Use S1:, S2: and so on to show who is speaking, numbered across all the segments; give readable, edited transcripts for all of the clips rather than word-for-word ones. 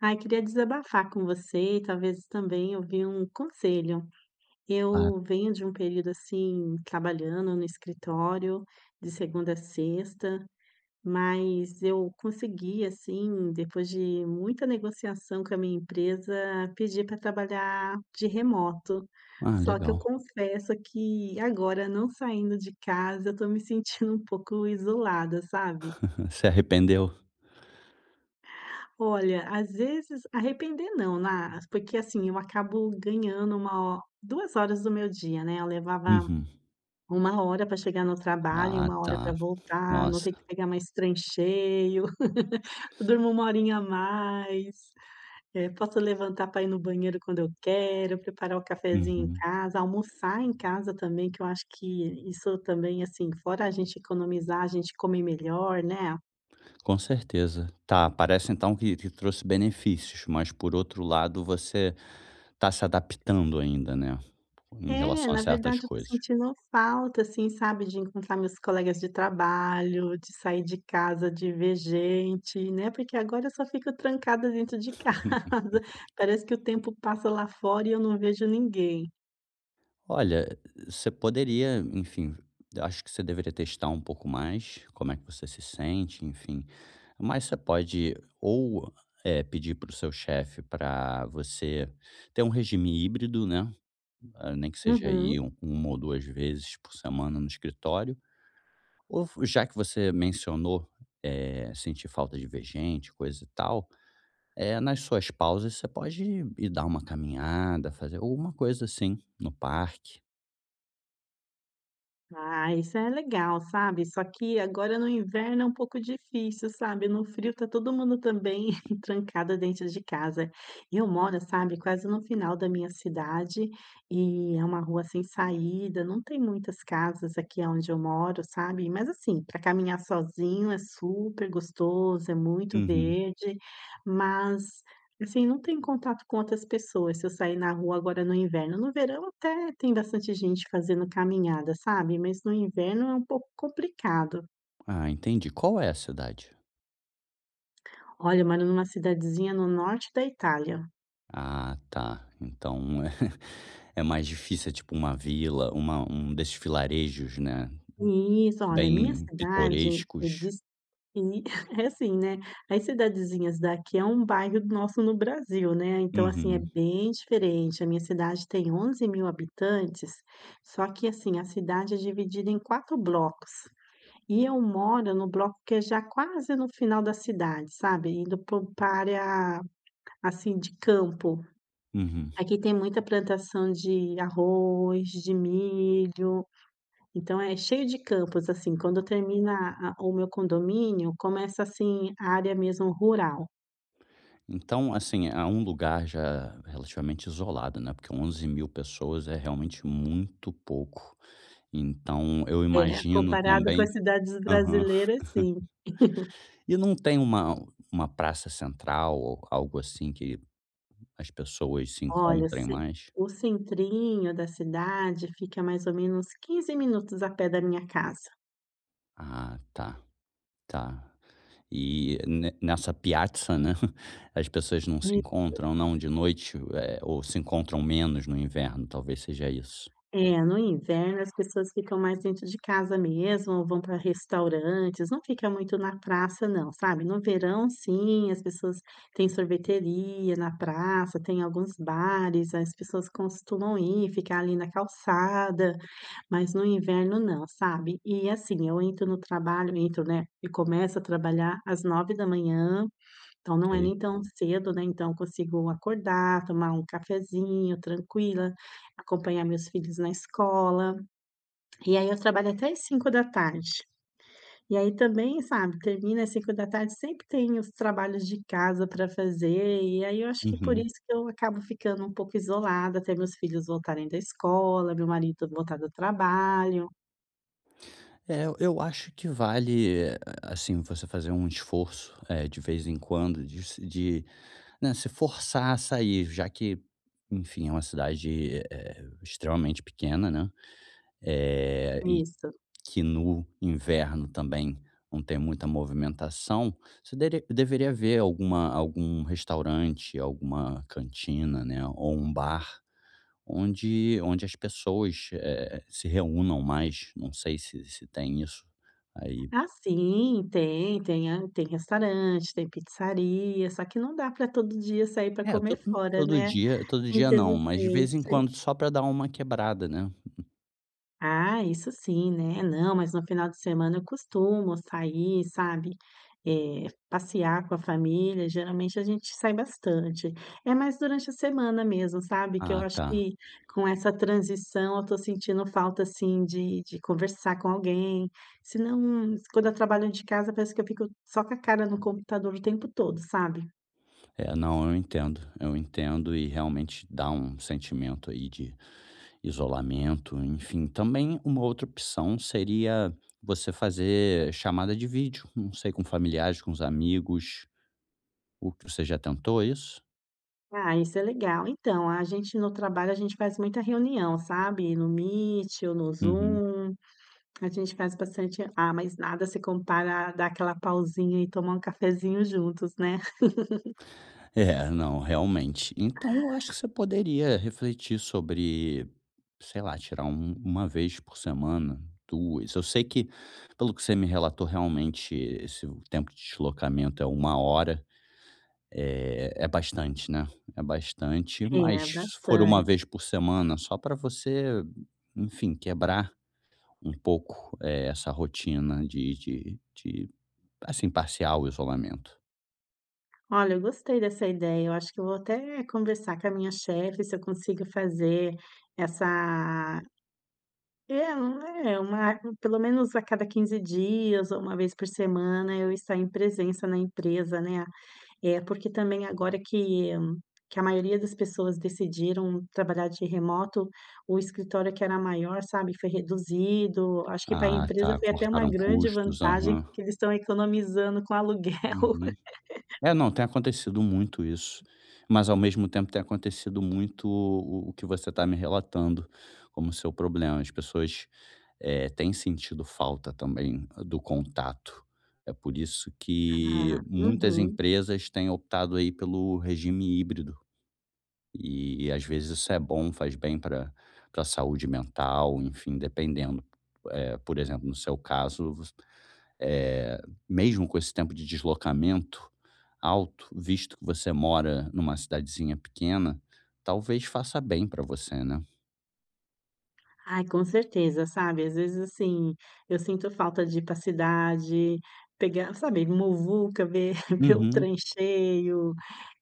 S1: Ai, queria desabafar com você e talvez também ouvir um conselho.
S2: Claro.
S1: Eu venho de um período assim, trabalhando no escritório de segunda a sexta, mas eu consegui, assim, depois de muita negociação com a minha empresa, pedir para trabalhar de remoto.
S2: Ah,
S1: Só que eu
S2: legal.
S1: confesso que agora, não saindo de casa, eu estou me sentindo um pouco isolada, sabe?
S2: Se arrependeu?
S1: Olha, às vezes arrepender não, né? Porque, assim, eu acabo ganhando uma ho 2 horas do meu dia, né, eu levava
S2: Uhum.
S1: 1 hora para chegar no trabalho e
S2: Ah,
S1: 1 hora para
S2: tá.
S1: voltar, não
S2: Nossa.
S1: ter que pegar mais trem cheio. Eu durmo uma horinha a mais, posso levantar para ir no banheiro quando eu quero, preparar o cafezinho em
S2: Uhum.
S1: casa, almoçar em casa também, que eu acho que isso também, assim, fora a gente economizar, a gente come melhor, né.
S2: Com certeza. Tá, parece então que trouxe benefícios, mas por outro lado você tá se adaptando ainda, né, em
S1: É,
S2: relação a
S1: na
S2: certas
S1: verdade eu tô
S2: coisas.
S1: sentindo falta, assim, sabe, de encontrar meus colegas de trabalho, de sair de casa, de ver gente, né, porque agora eu só fico trancada dentro de casa. Parece que o tempo passa lá fora e eu não vejo ninguém.
S2: Olha, você poderia, enfim, eu acho que você deveria testar um pouco mais como é que você se sente, enfim. Mas você pode ou, pedir para o seu chefe para você ter um regime híbrido, né. Ah, nem que seja aí
S1: Uhum.
S2: uma ou duas vezes por semana no escritório. Ou já que você mencionou, sentir falta de ver gente, coisa e tal, nas suas pausas você pode ir dar uma caminhada, fazer alguma coisa assim no parque.
S1: Ah, isso é legal, sabe. Só que agora no inverno é um pouco difícil, sabe. No frio tá todo mundo também trancado dentro de casa. Eu moro, sabe, quase no final da minha cidade e é uma rua sem saída, não tem muitas casas aqui aonde eu moro, sabe. Mas assim, para caminhar sozinho é super gostoso, é muito
S2: Uhum.
S1: verde, mas, assim, não tenho contato com outras pessoas, se eu sair na rua agora no inverno. No verão até tem bastante gente fazendo caminhada, sabe, mas no inverno é um pouco complicado.
S2: Ah, entendi. Qual é a cidade?
S1: Olha, eu moro numa cidadezinha no norte da Itália.
S2: Ah, tá. Então é mais difícil, é tipo uma vila, um desses vilarejos, né?
S1: Isso, olha, minha
S2: Bem
S1: cidade é
S2: pitorescos.
S1: dis e é assim, né, as cidadezinhas daqui é um bairro nosso no Brasil, né, então, assim, é
S2: Uhum,
S1: bem diferente. A minha cidade tem 11 mil habitantes, só que, assim, a cidade é dividida em 4 blocos. E eu moro no bloco que é já quase no final da cidade, sabe, indo para pra área, assim, de campo.
S2: uhum.
S1: Aqui tem muita plantação de arroz, de milho, então é cheio de campos, assim, quando termina a o meu condomínio, começa, assim, a área mesmo rural.
S2: Então, assim, há um lugar já relativamente isolado, né, porque 11 mil pessoas é realmente muito pouco. Então eu
S1: É,
S2: imagino
S1: comparado com
S2: também.
S1: as cidades
S2: Aham.
S1: brasileiras, sim.
S2: E não tem uma praça central ou algo assim que as pessoas se
S1: Olha,
S2: encontrem
S1: ce
S2: mais?
S1: o centrinho da cidade fica mais ou menos 15 minutos a pé da minha casa.
S2: Ah, tá, tá. E ne nessa piazza, né, as pessoas não se encontram, não, de noite, ou se encontram menos no inverno, talvez seja isso.
S1: É, no inverno as pessoas ficam mais dentro de casa mesmo, ou vão para restaurantes, não fica muito na praça não, sabe. No verão sim, as pessoas têm sorveteria na praça, tem alguns bares, as pessoas costumam ir, ficar ali na calçada, mas no inverno não, sabe. E assim, eu entro no trabalho, né, e começo a trabalhar às 9 da manhã. Então não é
S2: Ok.
S1: nem tão cedo, né, então eu consigo acordar, tomar um cafezinho tranquila, acompanhar meus filhos na escola, e aí eu trabalho até às 5 da tarde. E aí também, sabe, termina às 5 da tarde sempre tem os trabalhos de casa para fazer, e aí eu acho que por
S2: Uhum.
S1: isso que eu acabo ficando um pouco isolada até meus filhos voltarem da escola, meu marido voltar do trabalho.
S2: É, eu acho que vale, assim, você fazer um esforço, de vez em quando, de se de, né, se forçar a sair, já que, enfim, é uma cidade, extremamente pequena, né, e
S1: Isso.
S2: que no inverno também não tem muita movimentação. Você dere deveria ver algum restaurante, alguma cantina, né, ou um bar onde as pessoas, se reúnam mais, não sei se tem isso aí.
S1: Ah, sim, tem restaurante, tem pizzaria, só que não dá para todo dia sair para
S2: É,
S1: comer
S2: todo
S1: fora,
S2: todo
S1: né,
S2: dia todo dia não, mas de vez em
S1: infelizmente.
S2: quando só para dar uma quebrada, né.
S1: Ah, isso sim, né. Não, mas no final de semana eu costumo sair, sabe, passear com a família, geralmente a gente sai bastante. É mais durante a semana mesmo, sabe, que eu
S2: Ah,
S1: acho
S2: tá.
S1: que com essa transição eu tô sentindo falta, assim, de conversar com alguém, senão quando eu trabalho de casa parece que eu fico só com a cara no computador o tempo todo, sabe.
S2: É, não, eu entendo, eu entendo, e realmente dá um sentimento aí de isolamento, enfim. Também uma outra opção seria você fazer chamada de vídeo, não sei, com familiares, com os amigos. O que você já tentou isso?
S1: Ah, isso é legal. Então, a gente no trabalho, a gente faz muita reunião, sabe, no Meet ou no
S2: Uhum.
S1: Zoom. A gente faz bastante, mas nada se compara a dar aquela pausinha e tomar um cafezinho juntos, né.
S2: É, não, realmente. Então eu acho que você poderia refletir sobre, sei lá, tirar uma vez por semana, duas. Eu sei que, pelo que você me relatou, realmente esse o tempo de deslocamento é 1 hora. É bastante, né? É bastante, mas
S1: É,
S2: se for uma
S1: bastante.
S2: vez por semana, só para você, enfim, quebrar um pouco, essa rotina de, assim, parcial isolamento.
S1: Olha, eu gostei dessa ideia, eu acho que eu vou até conversar com a minha chefe se eu consigo fazer essa é um é uma pelo menos a cada 15 dias ou uma vez por semana eu estar em presença na empresa, né. É, porque também agora que a maioria das pessoas decidiram trabalhar de remoto, o escritório que era maior, sabe, foi reduzido. Acho que para a
S2: Ah,
S1: empresa
S2: tá.
S1: foi até uma
S2: Cortaram
S1: grande
S2: custos,
S1: vantagem,
S2: aham.
S1: porque eles estão economizando com aluguel.
S2: Uhum. É, não, tem acontecido muito isso, mas ao mesmo tempo tem acontecido muito o que você está me relatando como seu problema. As pessoas, têm sentido falta também do contato. É por isso que
S1: Ah,
S2: muitas
S1: uhum.
S2: empresas têm optado aí pelo regime híbrido, e às vezes isso é bom, faz bem para saúde mental, enfim, dependendo. Por exemplo, no seu caso, eh, mesmo com esse tempo de deslocamento alto, visto que você mora numa cidadezinha pequena, talvez faça bem para você, né.
S1: Ai, com certeza, sabe, às vezes, assim, eu sinto falta de ir pra cidade, pegar, sabe, muvuca, ver ver o trem
S2: Uhum.
S1: cheio,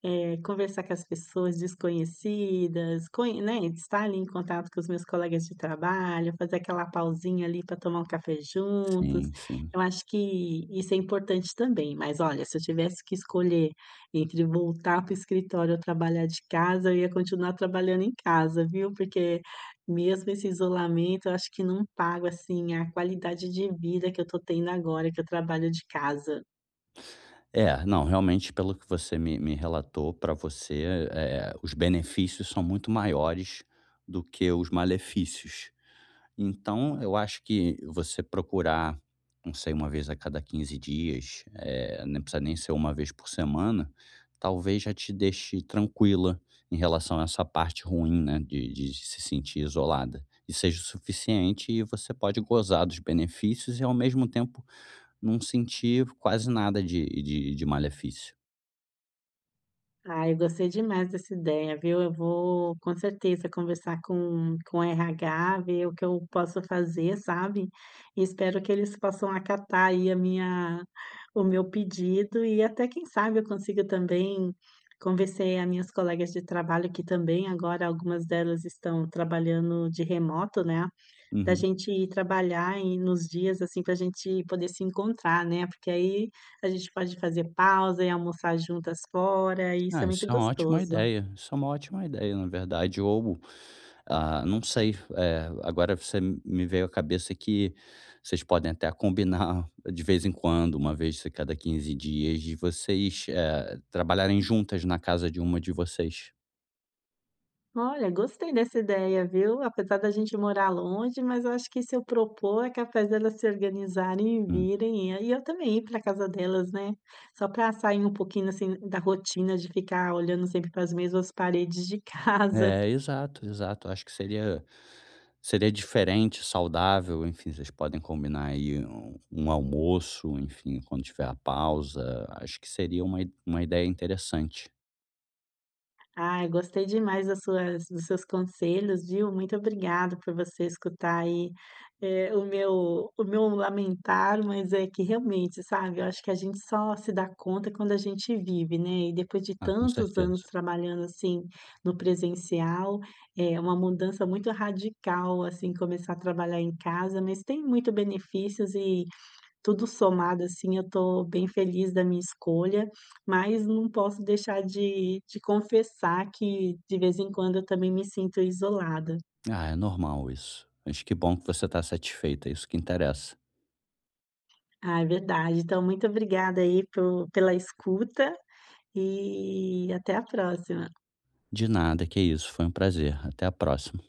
S1: conversar com as pessoas desconhecidas, conhe né, estar ali em contato com os meus colegas de trabalho, fazer aquela pausinha ali para tomar um café juntos.
S2: Sim, sim.
S1: Eu acho que isso é importante também, mas olha, se eu tivesse que escolher entre voltar para o escritório ou trabalhar de casa, eu ia continuar trabalhando em casa, viu, porque mesmo esse isolamento, eu acho que não pago, assim, a qualidade de vida que eu tô tendo agora, que eu trabalho de casa.
S2: É, não, realmente pelo que você me relatou, para você, os benefícios são muito maiores do que os malefícios. Então, eu acho que você procurar, não sei, uma vez a cada 15 dias, não precisa nem ser uma vez por semana, talvez já te deixe tranquila em relação a essa parte ruim, né, de se sentir isolada. E seja o suficiente e você pode gozar dos benefícios e, ao mesmo tempo, não sentir quase nada de malefício.
S1: Ah, eu gostei demais dessa ideia, viu? Eu vou, com certeza, conversar com o RH, ver o que eu posso fazer, sabe? E espero que eles possam acatar aí a minha, o meu pedido e até, quem sabe, eu consiga também convencer as minhas colegas de trabalho, que também agora algumas delas estão trabalhando de remoto, né? Da
S2: Uhum.
S1: gente ir trabalhar nos dias, assim, para a gente poder se encontrar, né, porque aí a gente pode fazer pausa e almoçar juntas fora, e isso
S2: Ah,
S1: é muito
S2: isso é uma ótima
S1: gostoso.
S2: ideia, isso é uma ótima ideia, na verdade. Ou, ah, não sei, agora você me veio à cabeça que vocês podem até combinar de vez em quando, uma vez a cada 15 dias, de vocês, trabalharem juntas na casa de uma de vocês.
S1: Olha, gostei dessa ideia, viu, apesar da gente morar longe, mas eu acho que se eu propor é capaz delas se organizarem e
S2: Hum.
S1: virem, e aí eu também ir para casa delas, né, só para sair um pouquinho, assim, da rotina de ficar olhando sempre para as mesmas paredes de casa.
S2: É, exato, exato, acho que seria diferente, saudável, enfim, vocês podem combinar aí um almoço, enfim, quando tiver a pausa, acho que seria uma ideia interessante.
S1: Ai, gostei demais das suas dos seus conselhos, viu. Muito obrigada por você escutar aí, o meu lamentar, mas é que realmente, sabe, eu acho que a gente só se dá conta quando a gente vive, né. E depois de
S2: Ah, com
S1: tantos anos
S2: certeza.
S1: trabalhando, assim, no presencial, é uma mudança muito radical, assim, começar a trabalhar em casa, mas tem muito benefícios e tudo somado, assim, eu tô bem feliz da minha escolha, mas não posso deixar de confessar que de vez em quando eu também me sinto isolada.
S2: Ah, é normal isso. Mas que bom que você está satisfeita, é isso que interessa.
S1: Ah, é verdade. Então muito obrigada aí pelo pela escuta e até a próxima.
S2: De nada, que isso. Foi um prazer. Até a próxima.